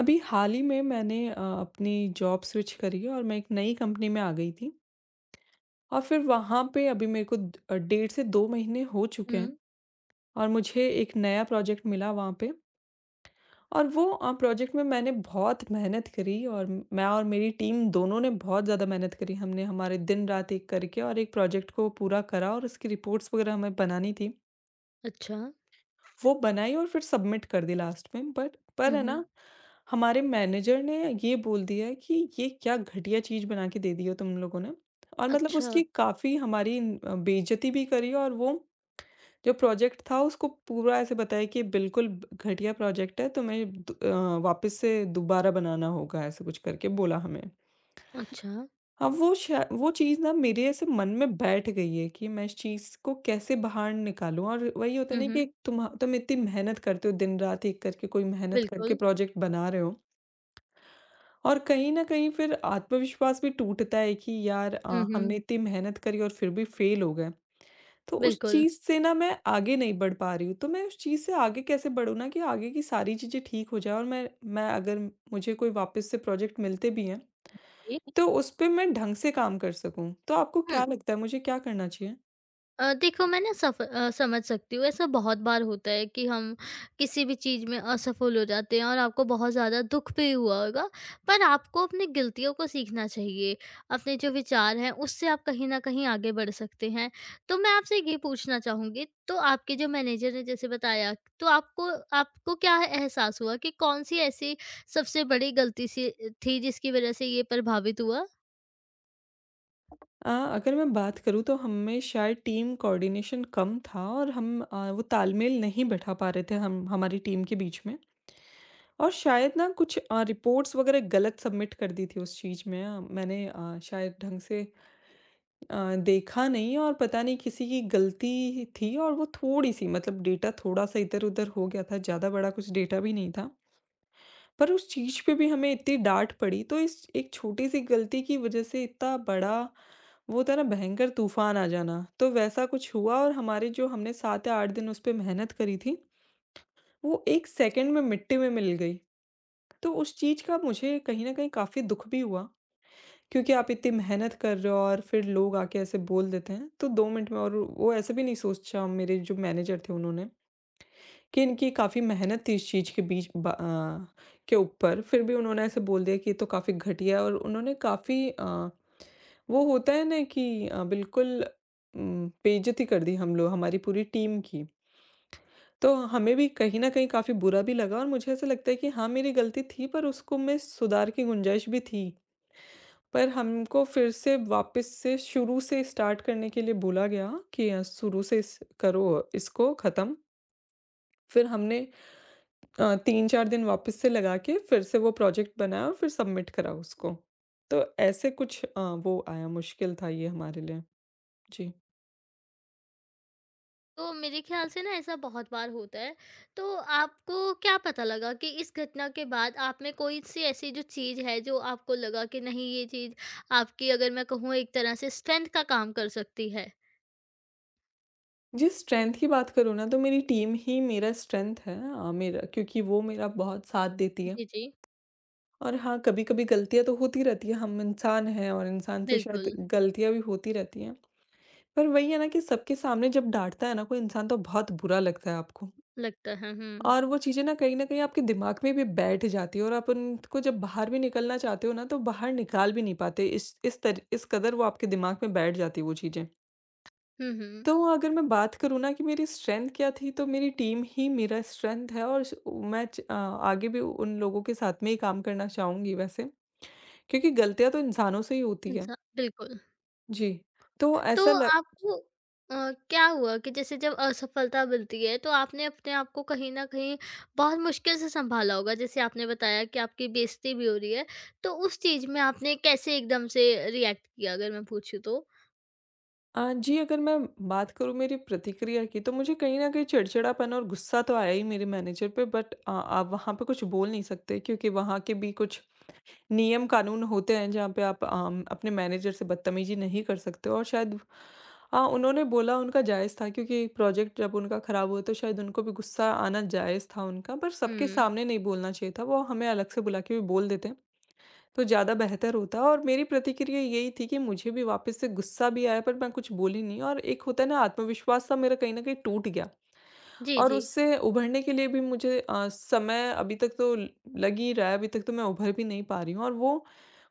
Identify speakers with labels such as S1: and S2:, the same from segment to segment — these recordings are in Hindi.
S1: अभी हाल ही में मैंने अपनी जॉब स्विच करी है और मैं एक नई कंपनी में आ गई थी। और फिर वहाँ पे अभी मेरे को डेढ़ से दो महीने हो चुके हैं।
S2: हुँ,
S1: और मुझे एक नया प्रोजेक्ट मिला वहाँ पे। और वो प्रोजेक्ट में मैंने बहुत मेहनत करी, और मैं और मेरी टीम दोनों ने बहुत ज़्यादा मेहनत करी। हमने हमारे दिन रात एक करके और एक प्रोजेक्ट को पूरा करा, और उसकी रिपोर्ट्स वगैरह हमें बनानी थी।
S2: अच्छा।
S1: वो बनाई और फिर सबमिट कर दी लास्ट में, बट पर
S2: हुँ,
S1: है ना,
S2: हुँ।
S1: हमारे मैनेजर ने ये बोल दिया कि ये क्या घटिया चीज़ बना के दे दी हो तुम लोगों ने। और मतलब
S2: अच्छा,
S1: उसकी काफ़ी हमारी बेइज्जती भी करी। और वो जो प्रोजेक्ट था उसको पूरा ऐसे बताया कि ये बिल्कुल घटिया प्रोजेक्ट है, तुम्हें वापस से दोबारा बनाना होगा, ऐसे कुछ करके बोला हमें।
S2: अच्छा।
S1: हाँ, वो चीज़ ना मेरे ऐसे मन में बैठ गई है कि मैं इस चीज़ को कैसे बाहर निकालूँ। और वही होता है
S2: हुँ,
S1: ना कि
S2: हुँ।
S1: तुम इतनी मेहनत करते हो, दिन-रात एक करके कोई मेहनत करके
S2: बिल्कुल।
S1: प्रोजेक्ट बना रहे हो, और कहीं न कहीं फिर आत्मविश्वास भी टूटता है कि यार,
S2: हुँ,
S1: हमने
S2: हुँ।
S1: इतनी मेहनत करी और फिर भी फेल हो गए। तो उस
S2: बिल्कुल।
S1: चीज़ से ना मैं आगे नहीं बढ़ पा रही हूँ, तो मैं उस चीज़ से आगे कैसे बढ़ूँ ना कि आगे की सारी चीज़ें ठीक हो जाएँ, और मैं अगर मुझे कोई वापस से प्रोजेक्ट मिलते भी हैं
S2: जी।
S1: तो उस पे मैं ढंग से काम कर सकूँ। तो आपको क्या
S2: हुँ।
S1: लगता है मुझे क्या करना चाहिए?
S2: देखो, मैं ना समझ सकती हूँ। ऐसा बहुत बार होता है कि हम किसी भी चीज़ में असफल हो जाते हैं, और आपको बहुत ज़्यादा दुख भी हुआ होगा, पर आपको अपनी ग़लतियों को सीखना चाहिए। अपने जो विचार हैं, उससे आप कहीं न कहीं आगे बढ़ सकते हैं। तो मैं आपसे ये पूछना चाहूँगी, तो आपके जो मैनेजर ने जैसे बताया, तो आपको आपको क्या एहसास हुआ कि कौन-सी ऐसी सबसे बड़ी ग़लती सी थी, जिसकी वज़ह से ये प्रभावित हुआ?
S1: अगर मैं बात करूँ तो हमें शायद टीम कोऑर्डिनेशन कम था, और हम वो तालमेल नहीं बैठा पा रहे थे, हम हमारी टीम के बीच में। और शायद ना कुछ रिपोर्ट्स वग़ैरह गलत सबमिट कर दी थी। उस चीज़ में मैंने शायद ढंग से देखा नहीं, और पता नहीं किसी की गलती थी, और वो थोड़ी-सी, मतलब, डेटा थोड़ा-सा इधर-उधर हो गया था, ज़्यादा बड़ा कुछ डेटा भी नहीं था। पर उस चीज़ पे भी हमें इतनी डाँट पड़ी, तो इस एक छोटी-सी गलती की वज़ह से इतना बड़ा, वो होता है ना भयंकर तूफ़ान आ जाना, तो वैसा कुछ हुआ। और हमारे जो हमने 7 या 8 दिन उस पे मेहनत करी थी, वो 1 सेकंड में मिट्टी में मिल गई। तो उस चीज़ का मुझे कहीं न कहीं काफ़ी दुःख भी हुआ, क्योंकि आप इतनी मेहनत कर रहे हो और फिर लोग आके ऐसे बोल देते हैं, तो 2 मिनट में। और वो ऐसे भी नहीं सोचा मेरे जो मैनेजर थे उन्होंने, कि इनकी काफ़ी मेहनत थी इस चीज़ के बीच, के ऊपर। फिर भी उन्होंने ऐसे बोल दिया कि ये तो काफ़ी घटिया है, और उन्होंने काफ़ी, वो होता है ना कि, बिल्कुल बेइज़्ज़ती कर दी हम लोग हमारी पूरी टीम की। तो हमें भी कहीं न कहीं काफ़ी बुरा भी लगा, और मुझे ऐसा लगता है कि हाँ, मेरी गलती थी पर उसको में सुधार की गुंजाइश भी थी। पर हमको फिर से वापस से शुरू से स्टार्ट करने के लिए बोला गया कि शुरू से इस करो इसको ख़त्म। फिर हमने 3-4 दिन वापस से लगा के फिर से वो प्रोजेक्ट बनाया और फिर सबमिट करा उसको। तो ऐसे कुछ वो आया, मुश्किल था ये हमारे लिए। जी।
S2: तो मेरे ख़्याल से ना ऐसा बहुत बार होता है। तो आपको क्या पता लगा कि इस घटना के बाद आप में कोई-सी ऐसी जो चीज़ है, जो आपको लगा कि नहीं, ये चीज़ आपकी, अगर मैं कहूँ, एक तरह से स्ट्रेंथ का काम कर सकती है?
S1: जी, स्ट्रेंथ की बात करूँ ना, तो मेरी टीम ही मेरा स्ट्रेंथ है, मेरा, क्योंकि वो मेरा बहुत साथ देती है।
S2: जी, जी।
S1: और हाँ, कभी-कभी गलतियाँ तो होती रहती हैं, हम इंसान हैं और इंसान से शायद
S2: बिल्कुल,
S1: गलतियाँ भी होती रहती हैं। पर वही है ना कि सबके सामने जब डाँटता है ना कोई इंसान तो बहुत बुरा लगता है आपको।
S2: लगता है। हुँ।
S1: और वो चीज़ें ना कहीं न कहीं आपके दिमाग में भी बैठ जाती है, और आप उनको जब बाहर भी निकलना चाहते हो ना, तो बाहर निकाल भी नहीं पाते। इस कदर वो आपके दिमाग में बैठ जाती है वो चीज़ें।
S2: हुँ, हुँ।
S1: तो अगर मैं बात करूँ ना कि मेरी स्ट्रेंथ क्या थी, तो मेरी टीम ही मेरा स्ट्रेंथ है, और श मैं आगे भी उन लोगों के साथ में ही काम करना चाहूँगी वैसे, क्योंकि गलतियाँ तो इंसानों से ही होती है।
S2: इंसा बिल्कुल।
S1: जी। तो ऐसा
S2: तो आपको अ, क्या हुआ कि जैसे जब असफलता मिलती है, तो आपने अपने आप को कहीं न कहीं बहुत मुश्किल से सँभाला होगा। जैसे आपने बताया कि आपकी बेइज़्ज़ती भी हो रही है, तो उस चीज़ में आपने कैसे एकदम से रिएक्ट किया, अगर मैं पूछूँ तो?
S1: जी, अगर मैं बात करूँ मेरी प्रतिक्रिया की, तो मुझे कहीं न कहीं चिड़चिड़ापन और गुस्सा तो आया ही मेरे मैनेजर पे, बट आप वहाँ पे कुछ बोल नहीं सकते, क्योंकि वहाँ के भी कुछ नियम कानून होते हैं जहाँ पे आप अपने मैनेजर से बदतमीज़ी नहीं कर सकते हो। और शायद उन्होंने बोला उनका जायज़ था, क्योंकि प्रोजेक्ट जब उनका ख़राब हुआ तो शायद उनको भी गुस्सा आना जायज़ था उनका, पर सबके
S2: हुँ।
S1: सामने नहीं बोलना चाहिए था, वो हमें अलग से बुला के भी बोल देते हैं, तो ज़्यादा बेहतर होता। और मेरी प्रतिक्रिया यही थी कि मुझे भी वापस से गुस्सा भी आया पर मैं कुछ बोली नहीं, और एक होता है ना आत्मविश्वास सा, मेरा कहीं ना कहीं टूट गया।
S2: जी,
S1: और
S2: जी।
S1: उससे उभरने के लिए भी मुझे समय, अभी तक तो लग ही रहा है। अभी तक तो मैं उभर भी नहीं पा रही हूँ, और वो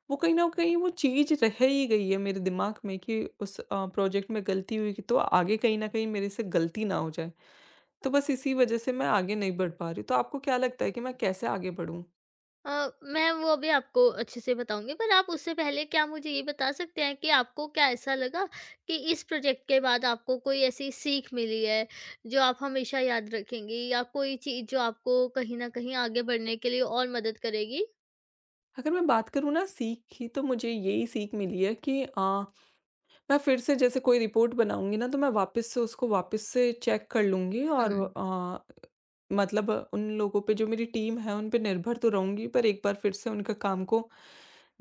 S1: वो कहीं ना कहीं वो चीज रह ही गई है मेरे दिमाग में कि उस प्रोजेक्ट में गलती हुई, कि तो आगे कहीं ना कहीं मेरे से गलती ना हो जाए। तो बस इसी वजह से मैं आगे नहीं बढ़ पा रही, तो आपको क्या लगता है कि मैं कैसे आगे बढ़ूं?
S2: मैं वो अभी आपको अच्छे से बताऊँगी, पर आप उससे पहले क्या मुझे ये बता सकते हैं कि आपको क्या ऐसा लगा कि इस प्रोजेक्ट के बाद आपको कोई ऐसी सीख मिली है, जो आप हमेशा याद रखेंगी, या कोई चीज़ जो आपको कहीं न कहीं आगे बढ़ने के लिए और मदद करेगी?
S1: अगर मैं बात करूँ ना सीख की, तो मुझे यही सीख मिली है कि मैं फिर से जैसे कोई रिपोर्ट बनाऊँगी ना तो मैं वापस से उसको वापस से चेक कर लूँगी। और
S2: हुँ।
S1: मतलब उन लोगों पे जो मेरी टीम है उन पे निर्भर तो रहूँगी, पर एक बार फिर से उनका काम को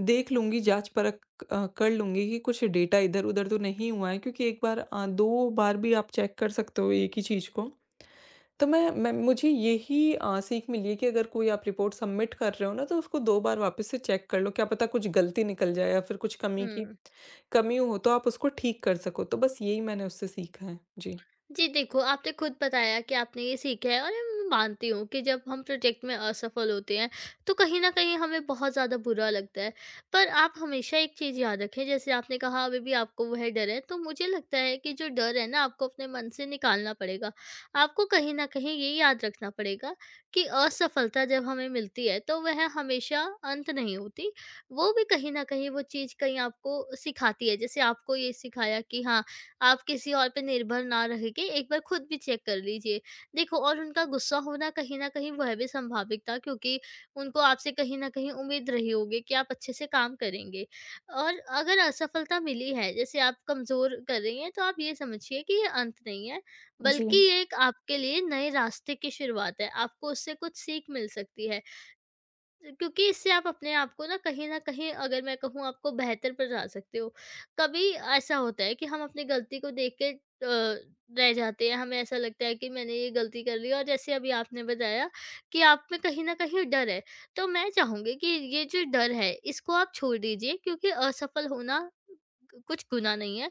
S1: देख लूँगी, जांच परख कर लूँगी कि कुछ डेटा इधर-उधर तो नहीं हुआ है, क्योंकि एक बार, 2 बार भी आप चेक कर सकते हो एक ही चीज़ को। तो मैं मुझे यही सीख मिली है कि अगर कोई आप रिपोर्ट सबमिट कर रहे हो ना तो उसको 2 बार वापस से चेक कर लो, क्या पता कुछ गलती निकल जाए या फिर कुछ
S2: हुँ।
S1: कमी हो तो आप उसको ठीक कर सको। तो बस यही मैंने उससे सीखा है। जी।
S2: जी, देखो, आपने खुद बताया कि आपने ये सीखा है, और ये मैं मानती हूँ कि जब हम प्रोजेक्ट में असफल होते हैं, तो कहीं न कहीं हमें बहुत ज़्यादा बुरा लगता है। पर आप हमेशा एक चीज़ याद रखें, जैसे आपने कहा, अभी भी आपको वह डर है, तो मुझे लगता है कि जो डर है ना, आपको अपने मन से निकालना पड़ेगा। आपको कहीं न कहीं ये याद रखना पड़ेगा कि असफलता जब हमें मिलती है, तो वह हमेशा अंत नहीं होती। वो भी कहीं न कहीं वो चीज़ कहीं आपको सिखाती है। जैसे आपको ये सिखाया कि हाँ, आप किसी और पे निर्भर ना रह के एक बार खुद भी चेक कर लीजिए। देखो, और उनका गुस्सा होना कहीं न कहीं वह भी संभाविक था, क्योंकि उनको आपसे कहीं न कहीं उम्मीद रही होगी कि आप अच्छे से काम करेंगे। और अगर असफलता मिली है, जैसे आप कमज़ोर कर रही हैं, तो आप ये समझिए कि ये अंत नहीं है, बल्कि
S1: जी,
S2: ये एक आपके लिए नए रास्ते की शुरुआत है। आपको उससे कुछ सीख मिल सकती है। क्योंकि इससे आप अपने आप को ना कहीं न कहीं, अगर मैं कहूँ, आपको बेहतर पर जा सकते हो। कभी ऐसा होता है कि हम अपनी गलती को देख के रह जाते हैं, हमें ऐसा लगता है कि मैंने ये गलती कर ली, और जैसे अभी आपने बताया कि आप में कहीं न कहीं डर है। तो मैं चाहूँगी कि ये जो डर है, इसको आप छोड़ दीजिए, क्योंकि असफल होना कुछ गुनाह नहीं है।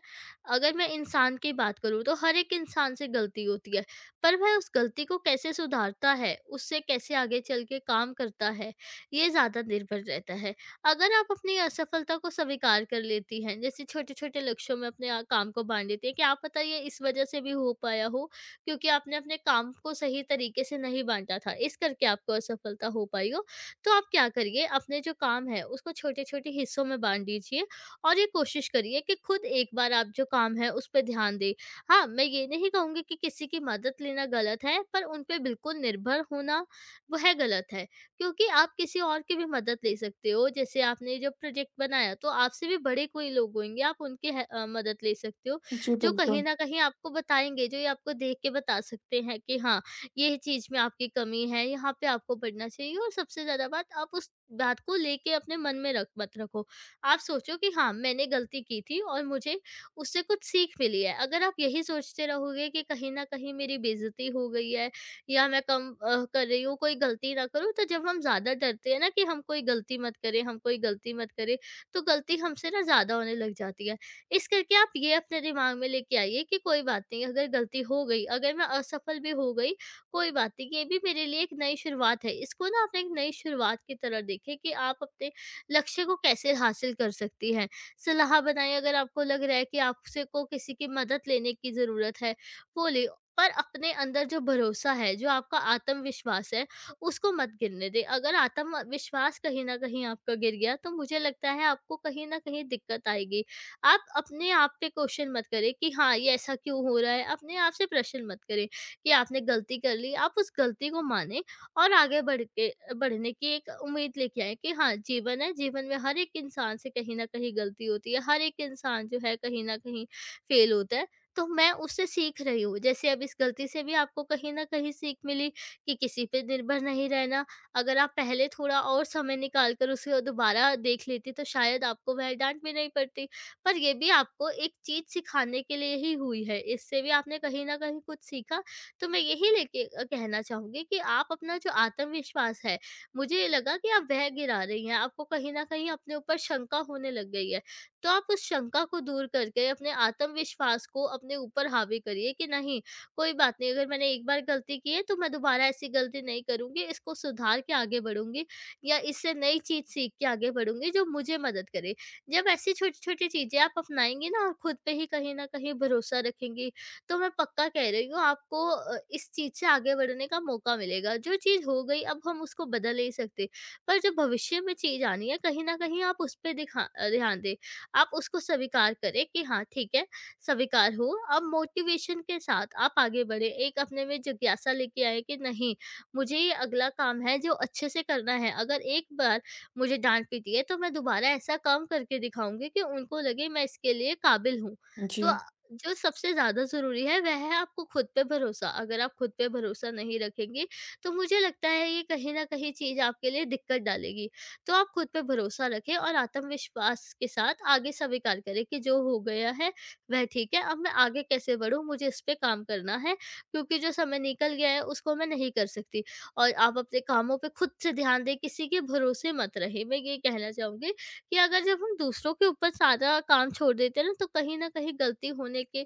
S2: अगर मैं इंसान की बात करूँ, तो हर एक इंसान से गलती होती है, पर वह उस गलती को कैसे सुधारता है, उससे कैसे आगे चल के काम करता है, ये ज़्यादा निर्भर रहता है। अगर आप अपनी असफलता को स्वीकार कर लेती हैं, जैसे छोटे-छोटे लक्ष्यों में अपने काम को बाँट लेती हैं, क्या पता ये इस वजह से भी हो पाया हो, क्योंकि आपने अपने काम को सही तरीके से नहीं बाँटा था, इस करके आपको असफलता हो पाई हो। तो आप क्या करिए, अपने जो काम है उसको छोटे-छोटे हिस्सों में बाँट दीजिए, और ये कोशिश करिए कि खुद एक बार आप जो काम है उस पे ध्यान दें। हाँ, मैं ये नहीं कहूँगी कि किसी की मदद लेना गलत है, पर उन पे बिल्कुल निर्भर होना वह गलत है। क्योंकि आप किसी और की भी मदद ले सकते हो। जैसे आपने जब प्रोजेक्ट बनाया, तो आपसे भी बड़े कोई लोग होंगे, आप उनकी मदद ले सकते हो,
S1: जी,
S2: जो कहीं
S1: बिल्कुल।
S2: न कहीं आपको बताएँगे, जो ये आपको देख के बता सकते हैं कि हाँ, ये चीज़ में आपकी कमी है, यहाँ पे आपको बढ़ना चाहिए। और सबसे ज़्यादा बात, आप उस बात को लेके अपने मन में रख मत रखो। आप सोचो कि हाँ, मैंने गलती की थी और मुझे उससे कुछ सीख मिली है। अगर आप यही सोचते रहोगे कि कहीं न कहीं मेरी बेइज़्ज़ती हो गई है, या मैं कर रही हूँ, कोई गलती ना करूँ। तो जब हम ज़्यादा डरते हैं ना कि हम कोई गलती मत करें, हम कोई गलती मत करें, तो गलती हमसे ना ज़्यादा होने लग जाती है। इस करके आप ये अपने दिमाग में लेके आइए कि कोई बात नहीं, अगर गलती हो गई, अगर मैं असफल भी हो गई, कोई बात नहीं, ये भी मेरे लिए एक नई शुरुआत है। इसको ना आप एक नई शुरुआत की तरह देखें कि आप अपने लक्ष्य को कैसे हासिल कर सकती हैं। सलाह बनाएँ, अगर आपको लग रहा है कि आपसे को किसी की मदद लेने की ज़रूरत है, वो लें। पर अपने अंदर जो भरोसा है, जो आपका आत्मविश्वास है, उसको मत गिरने दें। अगर आत्मविश्वास कहीं न कहीं आपका गिर गया, तो मुझे लगता है आपको कहीं न कहीं दिक्कत आएगी। आप अपने आप पे क्वेश्चन मत करें कि हाँ, ये ऐसा क्यों हो रहा है? अपने आप से प्रश्न मत करें कि आपने गलती कर ली। आप उस गलती को मानें और आगे बढ़ के बढ़ने की एक उम्मीद लेके आएँ कि हाँ, जीवन है, जीवन में हर एक इंसान से कहीं न कहीं गलती होती है, हर एक इंसान जो है कहीं न कहीं फेल होता है। तो मैं उससे सीख रही हूँ। जैसे अब इस गलती से भी आपको कहीं न कहीं सीख मिली कि किसी पे निर्भर नहीं रहना। अगर आप पहले थोड़ा और समय निकाल कर उसे दोबारा देख लेती, तो शायद आपको वह डाँट भी नहीं पड़ती। पर ये भी आपको एक चीज़ सिखाने के लिए ही हुई है। इससे भी आपने कहीं न कहीं कुछ सीखा। तो मैं यही लेके कहना चाहूँगी कि आप अपना जो आत्मविश्वास है, मुझे लगा कि आप वह गिरा रही हैं। आपको कहीं न कहीं अपने ऊपर शंका होने लग गई है। तो आप उस शंका को दूर करके अपने आत्मविश्वास को अपने ऊपर हावी करिए कि नहीं, कोई बात नहीं, अगर मैंने एक बार गलती की है, तो मैं दोबारा ऐसी गलती नहीं करूंगी, इसको सुधार के आगे बढ़ूंगी, या इससे नई चीज सीख के आगे बढ़ूंगी जो मुझे मदद करे। जब ऐसी छोटी छोटी चीजें आप अपनाएंगी ना, और खुद पे ही कहीं ना कहीं भरोसा रखेंगी, तो मैं पक्का कह रही हूँ, आपको इस चीज से आगे बढ़ने का मौका मिलेगा। जो चीज हो गई, अब हम उसको बदल नहीं सकते, पर जब भविष्य में चीज आनी है, कहीं ना कहीं आप उस पर दिखा ध्यान दें। आप उसको स्वीकार करें कि हाँ, ठीक है, स्वीकार हो। अब मोटिवेशन के साथ आप आगे बढ़ें, एक अपने में जिज्ञासा लेके आएँ कि नहीं, मुझे ये अगला काम है जो अच्छे से करना है। अगर एक बार मुझे डाँट पीटी है, तो मैं दोबारा ऐसा काम करके दिखाऊँगी कि उनको लगे मैं इसके लिए काबिल हूँ।
S1: जी।
S2: तो जो सबसे ज़्यादा ज़रूरी है वह है आपको खुद पे भरोसा। अगर आप खुद पे भरोसा नहीं रखेंगे, तो मुझे लगता है ये कहीं न कहीं चीज़ आपके लिए दिक्कत डालेगी। तो आप खुद पे भरोसा रखें और आत्मविश्वास के साथ आगे स्वीकार करें कि जो हो गया है वह ठीक है। अब मैं आगे कैसे बढ़ूँ, मुझे इस पे काम करना है, क्योंकि जो समय निकल गया है उसको मैं नहीं कर सकती। और आप अपने कामों पे खुद से ध्यान दें, किसी के भरोसे मत रहे मैं ये कहना चाहूंगी कि अगर, जब हम दूसरों के ऊपर सारा काम छोड़ देते हैं ना, तो कहीं ना कहीं गलती होने के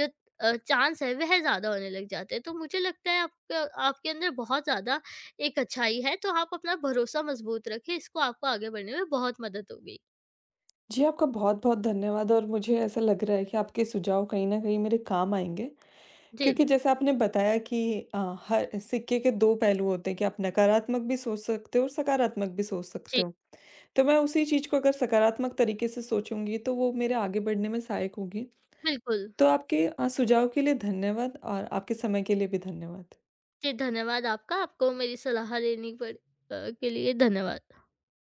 S2: जो चांस है वह ज्यादा होने लग जाते हैं। तो मुझे लगता है आपके आपके अंदर बहुत ज्यादा एक अच्छाई है, तो आप अपना भरोसा मज़बूत रखें, इसको आपको आगे बढ़ने में बहुत मदद होगी।
S1: जी, आपका बहुत-बहुत धन्यवाद, और मुझे ऐसा लग रहा है कि आपके सुझाव कहीं न कहीं मेरे काम आएँगे।
S2: जी,
S1: क्योंकि जैसा आपने बताया कि अ, हर सिक्के के दो पहलू होते हैं कि आप नकारात्मक भी सोच सकते हो और सकारात्मक भी सोच सकते
S2: जी,
S1: हो। तो मैं उसी चीज़ को अगर सकारात्मक तरीके से सोचूँगी तो वो मेरे आगे बढ़ने में सहायक होगी।
S2: बिल्कुल।
S1: तो आपके सुझाव के लिए धन्यवाद, और आपके समय के लिए भी धन्यवाद।
S2: जी, धन्यवाद आपका, आपको मेरी सलाह लेने पर के लिए धन्यवाद।